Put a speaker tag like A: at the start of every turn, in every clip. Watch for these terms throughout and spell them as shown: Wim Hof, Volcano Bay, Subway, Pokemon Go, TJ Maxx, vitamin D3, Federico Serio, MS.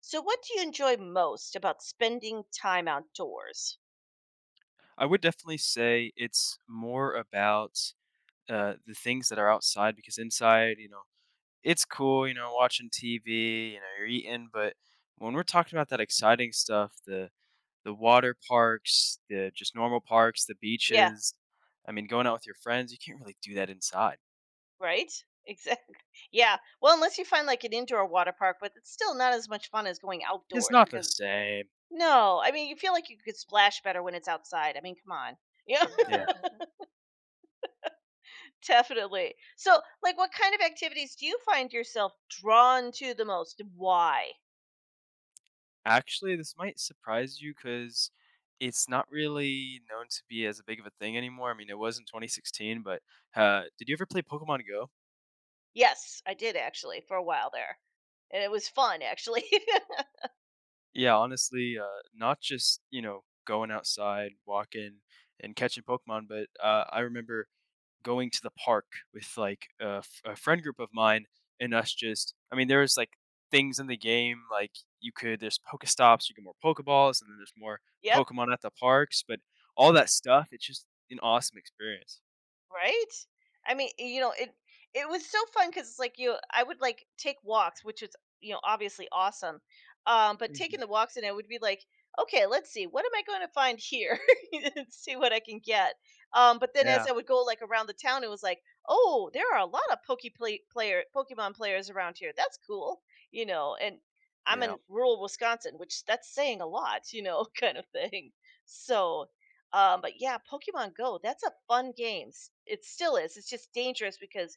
A: So, what do you enjoy most about spending time outdoors?
B: I would definitely say it's more about, the things that are outside because inside, it's cool, watching TV, you're eating, but when we're talking about that exciting stuff, the water parks, the just normal parks, the
A: Yeah,
B: beaches, I mean, going out with your friends, you can't really do that inside.
A: right? Exactly. Yeah. Well, unless you find like an indoor water park, but it's still not as much fun as going
B: It's
A: outdoors
B: not the
A: because
B: same.
A: no, I mean, you feel like you could splash better when it's outside. I mean, come on. Yeah,
B: Yeah.
A: definitely. So, like, what kind of activities do you find yourself drawn to the most? And why?
B: Actually, this might surprise you because it's not really known to be as a big of a thing anymore. I mean, it was in 2016, but, did you ever play Pokemon Go?
A: Yes, I did actually for a while there. And it was fun, actually.
B: Yeah, honestly, not just, you know, going outside, walking, and catching Pokemon, but, I remember going to the park with, like, a friend group of mine and us just I mean, there was, like, things in the game, like, you could there's Pokestops, you get more Pokeballs, and then there's more
A: Yep.
B: Pokemon at the parks, but all that stuff, it's just an awesome experience.
A: Right? I mean, it was so fun because it's like you I would like take walks, which is, you know, obviously awesome. But
B: Mhm.
A: taking the walks and it would be like, okay, let's see, what am I going to find here? And see what I can get. But then as
B: Yeah,
A: I would go like around the town, it was like, oh, there are a lot of Pokemon players around here. That's cool, you know. And I'm
B: yeah.
A: in rural Wisconsin, which that's saying a lot, you know, kind of thing. So but yeah, Pokemon Go, that's a fun game. It still is. It's just dangerous because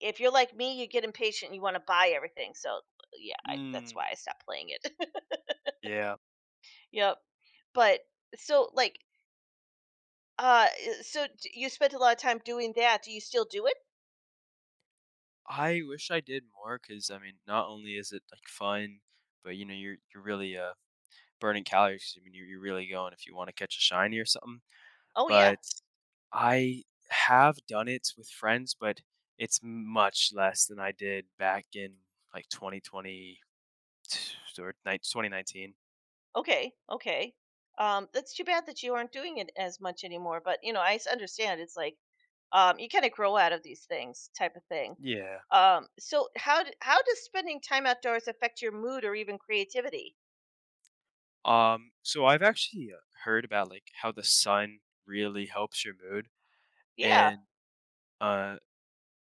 A: if you're like me, you get impatient and you want to buy everything. So yeah, that's
B: Mm,
A: why I stopped playing it.
B: yeah.
A: Yep. But so like uh you spent a lot of time doing that. Do you still do it?
B: I wish I did more because I mean, not only is it, like, fun, but, you know, you're really, burning calories. 'Cause, I mean, you're really going if you want to catch a shiny or something.
A: Oh yeah.
B: But I have done it with friends, but it's much less than I did back in like 2020 2019.
A: Okay, okay. That's too bad that you aren't doing it as much anymore. But you know, I understand. It's like you kind of grow out of these things, type of thing.
B: Yeah.
A: So how does spending time outdoors affect your mood or even creativity?
B: So I've actually heard about like how the sun really helps your mood,
A: Yeah,
B: and uh,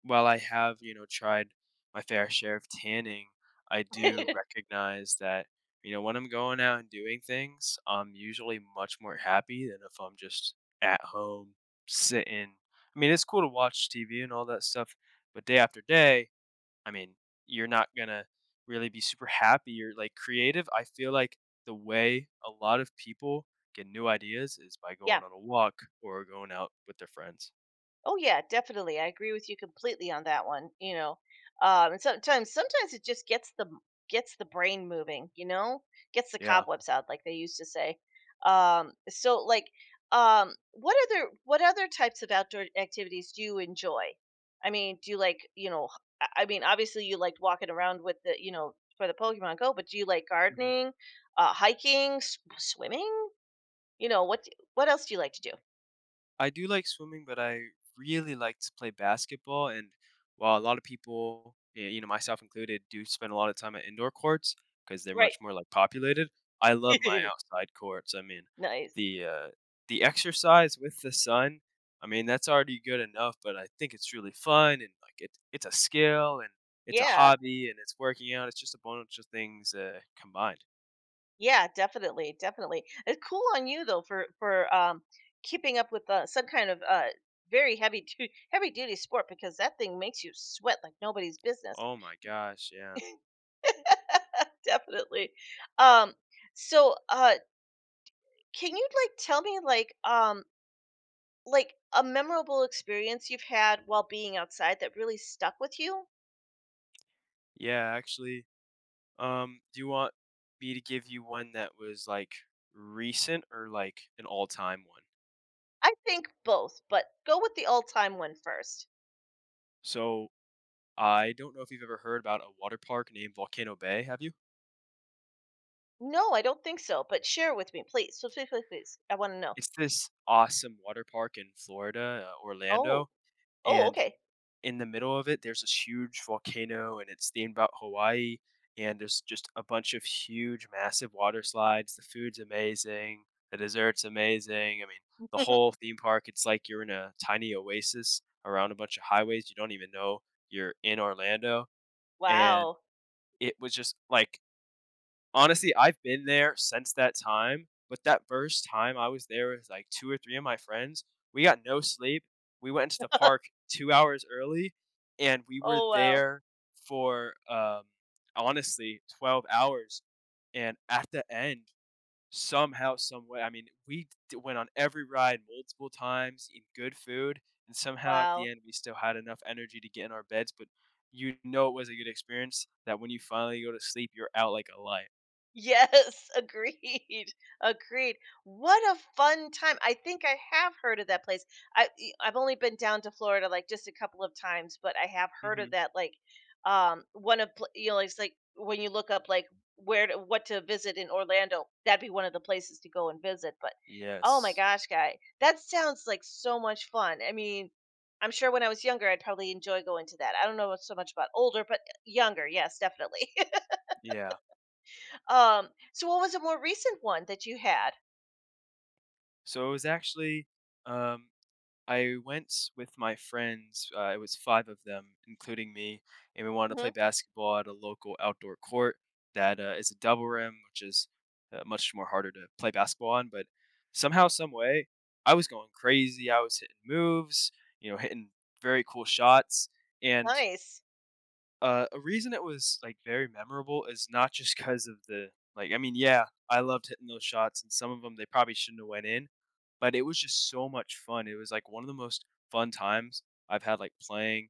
B: while I have, you know, tried my fair share of tanning, I do recognize that, you know, when I'm going out and doing things, I'm usually much more happy than if I'm just at home sitting. I mean, it's cool to watch TV and all that stuff, but day after day, I mean, you're not gonna really be super happy. You're like creative. I feel like the way a lot of people get new ideas is by
A: yeah.
B: going on a walk or going out with their friends.
A: Oh yeah, definitely. I agree with you completely on that one. You know, and sometimes it just gets the brain moving. You know, gets the
B: Yeah.
A: cobwebs out, like they used to say. So what other types of outdoor activities do you enjoy? I mean, do you like you know? H- I mean, obviously you liked walking around with the for the Pokemon Go, but do you like
B: Okay.
A: gardening, hiking, swimming? You know what? What else do you like to do?
B: I do like swimming, but I really like to play basketball. And while a lot of people, you know, myself included, do spend a lot of time at indoor courts because they're
A: Right.
B: much more like populated, I love my outside courts. I mean,
A: Nice.
B: the uh, the exercise with the sun. I mean, that's already good enough, but I think it's really fun and like it, it's a skill and it's a
A: Yeah.
B: hobby and it's working out. It's just a bunch of things combined.
A: Yeah, definitely, definitely. It's cool on you though for keeping up with some kind of very heavy duty sport because that thing makes you sweat like nobody's business.
B: Oh my gosh, yeah,
A: Definitely. Um so uh can you like tell me like a memorable experience you've had while being outside that really stuck with you?
B: yeah. Actually, do you want me to give you one that was like recent or like an all time one?
A: I think both, but go with the all-time one first.
B: So I don't know if you've ever heard about a water park named Volcano Bay. Have you?
A: No, I don't think so, but share with me, please. So please, please, please. I want to know.
B: It's this awesome water park in Florida,
A: Oh,
B: Orlando,
A: oh,
B: and
A: okay.
B: in the middle of it, there's this huge volcano and it's themed about Hawaii. And there's just a bunch of huge, massive water slides. The food's amazing. The dessert's amazing. I mean, the whole theme park, it's like you're in a tiny oasis around a bunch of highways. You don't even know you're in Orlando. And
A: Wow.
B: it was just like honestly, I've been there since that time, but that first time I was there with like two or three of my friends, we got no sleep. We went into the park 2 hours early and we were
A: Oh, well!
B: there for honestly 12 hours. And at the end, somehow, some way, I mean, went on every ride multiple times, eat good food, and somehow at the
A: Wow.
B: end, we still had enough energy to get in our beds. But you know, it was a good experience that when you finally go to sleep, you're out like a light.
A: Yes, agreed, agreed. What a fun time. I think I have heard of that place. I've only been down to Florida, like, just a couple of times, but I have heard of
B: Mhm.
A: that, like, one of pl you know, it's like when you look up, like, where to what to visit in Orlando, that'd be one of the places to go and visit, but oh my
B: Yes.
A: gosh, guy, that sounds like so much fun. I mean, I'm sure when I was younger, I'd probably enjoy going to that. I don't know so much about older, but younger, yes, definitely.
B: Yeah.
A: So what was a more recent one that you had?
B: So it was actually, um, I went with my friends. It was five of them, including me, and we wanted to play
A: Mhm,
B: basketball at a local outdoor court that is a double rim, which is much more harder to play basketball on. But somehow, some way, I was going crazy. I was hitting moves, you know, hitting very cool shots. And
A: nice.
B: A reason it was, like, very memorable is not just because of the like, I mean, yeah, I loved hitting those shots, and some of them they probably shouldn't have went in, but it was just so much fun. It was, like, one of the most fun times I've had, like, playing,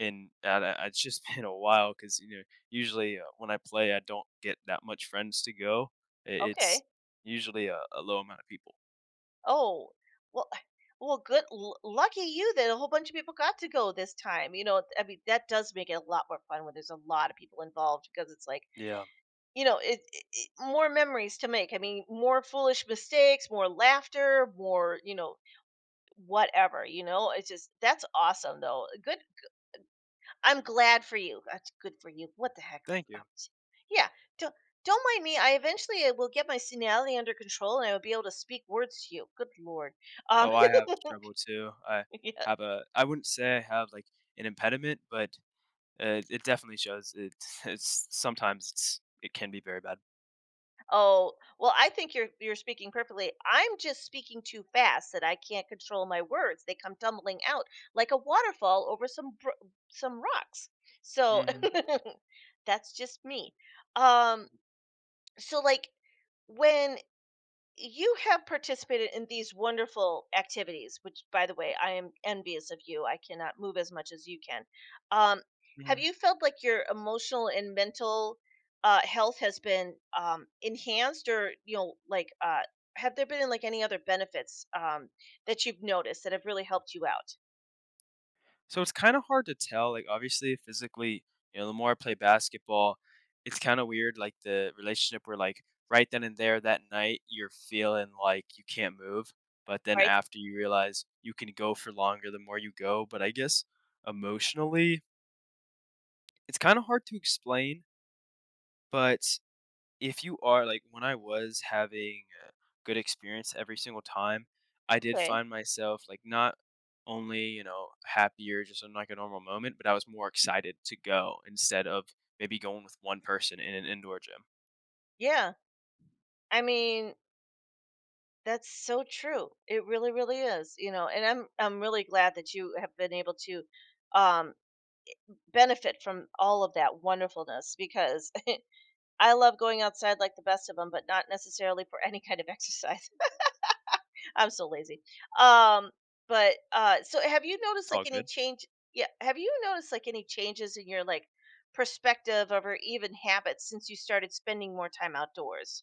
B: and I it's just been a while because you know, usually, when I play, I don't get that much friends to go. I it's
A: Okay.
B: usually a low amount of people.
A: Oh, well well, good l lucky you that a whole bunch of people got to go this time, you know, I mean, that does make it a lot more fun when there's a lot of people involved because it's like,
B: Yeah.
A: you know, it more memories to make, I mean, more foolish mistakes, more laughter, more, you know, whatever, you know? It's just that's awesome, though. Good I'm glad for you. That's good for you. What the heck?
B: Thank
A: Um,
B: you.
A: s- Yeah, don't don't mind me. I eventually will get my senility under control, and I will be able to speak words to you. Good lord. Um.
B: Oh, I have trouble too. I
A: Yeah.
B: have a I wouldn't say I have, like, an impediment, but it definitely shows. It's it's sometimes it can be very bad.
A: Oh well, I think you're speaking perfectly. I'm just speaking too fast that I can't control my words. They come tumbling out like a waterfall over some rocks. So
B: Mhm,
A: that's just me. Um. So like when you have participated in these wonderful activities which by the way I am envious of you, I cannot move as much as you can, um, have
B: mhm.
A: you felt like your emotional and mental health has been enhanced or you know like have there been like any other benefits that you've noticed that have really helped you out?
B: So it's kinda hard to tell, like, obviously, physically, you know, the more I play basketball, it's kinda weird, like, the relationship where, like, right then and there that night, you're feeling like you can't move, but then
A: Right.
B: after you realize you can go for longer the more you go, but I guess emotionally, it's kinda hard to explain, but if you are like when I was having a good experience every single time, I did
A: Okay.
B: find myself like not only, you know, happier just in like a normal moment, but I was more excited to go instead of maybe going with one person in an indoor gym.
A: Yeah, I mean, that's so true. It really really is, you know, and I'm really glad that you have been able to um benefit from all of that wonderfulness because I love going outside like the best of them, but not necessarily for any kind of exercise. I'm so lazy. Um, but So have you noticed
B: It's
A: like
B: all
A: any
B: good.
A: change? Yeah, have you noticed like any changes in your like perspective of or even habits since you started spending more time outdoors?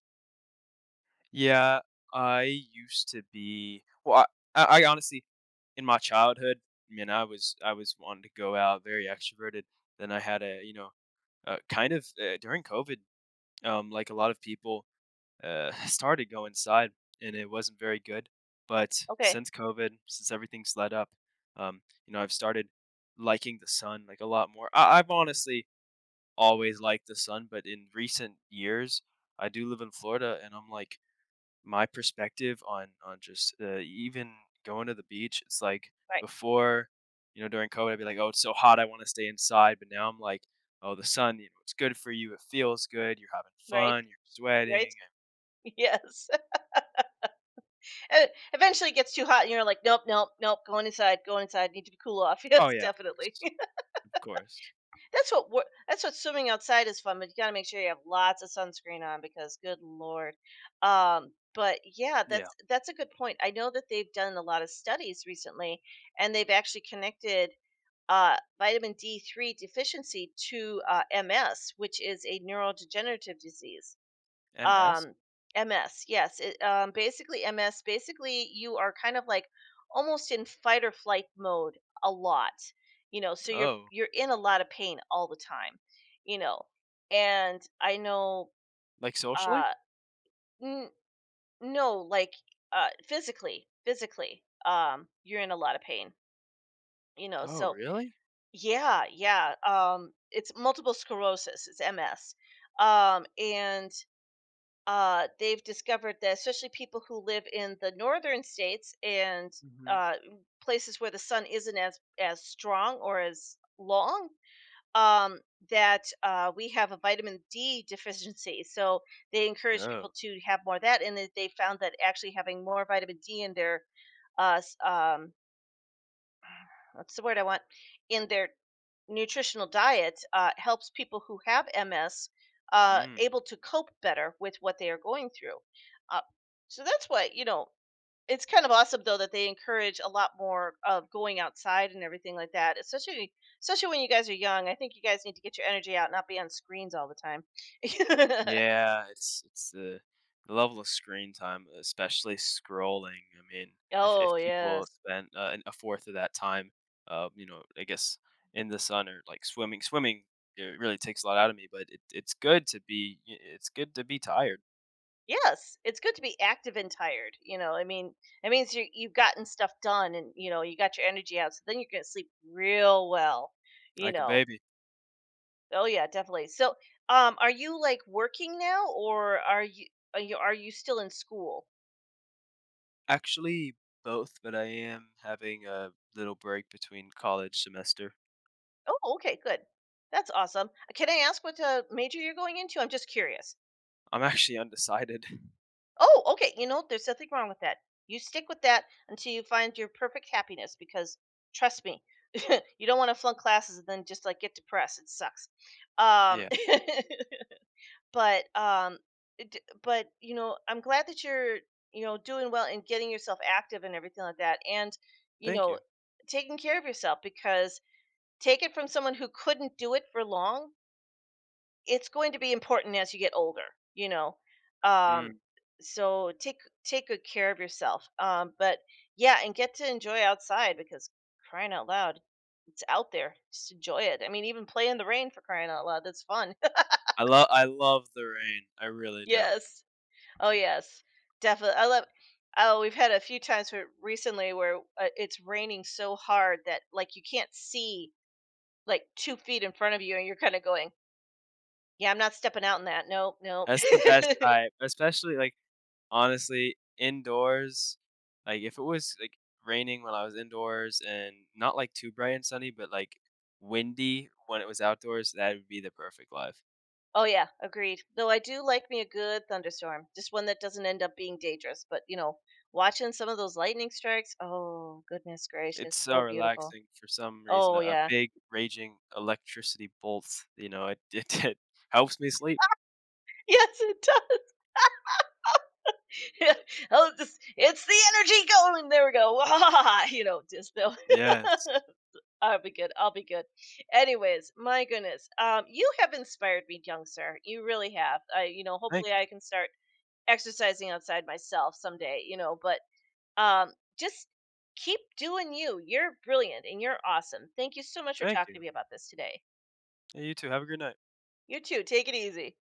B: Yeah, I used to be well, I honestly in my childhood, I mean, I was wanting to go out, very extroverted. Then I had a you know kind of during COVID, like a lot of people, started to go inside, and it wasn't very good. But
A: Okay,
B: since COVID, since everything's let up, you know, I've started liking the sun like a lot more. I- I've honestly always liked the sun, but in recent years, I do live in Florida, and I'm like my perspective on just even going to the beach. It's like
A: right,
B: before, you know, during COVID, I'd be like, oh, it's so hot, I want to stay inside. But now I'm like, oh, the sun, you know, it's good for you. It feels good. You're having
A: right,
B: fun. You're
A: right.
B: sweating.
A: Yes. And it eventually it gets too hot and you're like, nope, nope, nope, going inside, need to cool off.
B: Oh,
A: Yes,
B: yeah, of
A: definitely.
B: course, of course.
A: That's what swimming outside is fun, but you gotta make sure you have lots of sunscreen on because good lord. But Yeah,
B: Yeah.
A: that's a good point. I know that they've done a lot of studies recently, and they've actually connected vitamin D3 deficiency to MS, which is a neurodegenerative disease.
B: MS?
A: Um ms yes it, basically MS, basically you are kind of like almost in fight or flight mode a lot, you know, so
B: Oh,
A: you're in a lot of pain all the time, you know. And I know,
B: like, socially?
A: uh n- no, like physically, physically, you're in a lot of pain, you know.
B: Oh,
A: So
B: really?
A: yeah, yeah, it's multiple sclerosis, it's MS. And They've discovered that especially people who live in the northern states and
B: Mhm.
A: uh, places where the sun isn't as strong or as long, um, that we have a vitamin D deficiency. So they encourage
B: Oh,
A: people to have more of that, and that they found that actually having more vitamin D in their uh, s- um, what's the word I want, in their nutritional diet helps people who have MS
B: mm.
A: able to cope better with what they are going through. Uh, so that's what you know. It's kind of awesome though that they encourage a lot more of going outside and everything like that, especially when you guys are young. I think you guys need to get your energy out, not be on screens all the time.
B: Yeah, it's the level of screen time, especially scrolling, I mean,
A: Oh
B: if people
A: yes.
B: spend, an a fourth of that time, you know, I guess, in the sun or, like, swimming, it really takes a lot out of me, but it's good to be tired
A: Yes, it's good to be active and tired. You know, I mean, it means you've gotten stuff done and you know you got your energy out, so then you're gonna sleep real well. You
B: like a
A: know.
B: baby.
A: Oh yeah, definitely. So, are you like working now, or are you are you still in school?
B: Actually, both, but I am having a little break between college semester.
A: Oh, okay, good. That's awesome. Can I ask what major you're going into? I'm just curious.
B: I'm actually undecided.
A: Oh, okay. You know, there's nothing wrong with that. You stick with that until you find your perfect happiness, because trust me, you don't want to flunk classes and then just like get depressed. It sucks. Um,
B: Yeah,
A: But, um, it but, you know, I'm glad that you're, you know, doing well and getting yourself active and everything like that, and, you
B: thank
A: know,
B: you.
A: taking care of yourself, because take it from someone who couldn't do it for long, it's going to be important as you get older, you know? Um,
B: Mm.
A: so take good care of yourself, but yeah, and get to enjoy outside because crying out loud, it's out there, just enjoy it. I mean, even play in the rain for crying out loud, that's fun.
B: I love the rain. I really do.
A: Yes. Oh yes, definitely. I love. Oh, we've had a few times where recently where it's raining so hard that like you can't see like two feet in front of you, and you're kind of going, "Yeah, I'm not stepping out in that. Nope, nope."
B: That's the best type, especially like honestly indoors. Like if it was like raining when I was indoors and not like too bright and sunny, but like windy when it was outdoors, that would be the perfect life.
A: Oh yeah, agreed. Though I do like me a good thunderstorm, just one that doesn't end up being dangerous. But you know, watching some of those lightning strikes. Oh goodness
B: It's
A: gracious,
B: so
A: so beautiful.
B: relaxing for some reason,
A: Oh
B: a
A: yeah,
B: big raging electricity bolt, you know, it it helps me sleep.
A: yes it does. Oh, this, it's the energy going. There we go. You know, just though.
B: Yes.
A: I'll be good. I'll be good. Anyways, my goodness, you have inspired me, young sir. You really have. You know, hopefully
B: Thank you,
A: I can start exercising outside myself someday. You know, but um, just keep doing you. You're brilliant and you're awesome. Thank you so much for
B: Thank
A: talking to
B: you.
A: me about this today.
B: Yeah, you too, have a good night.
A: You too. Take it easy.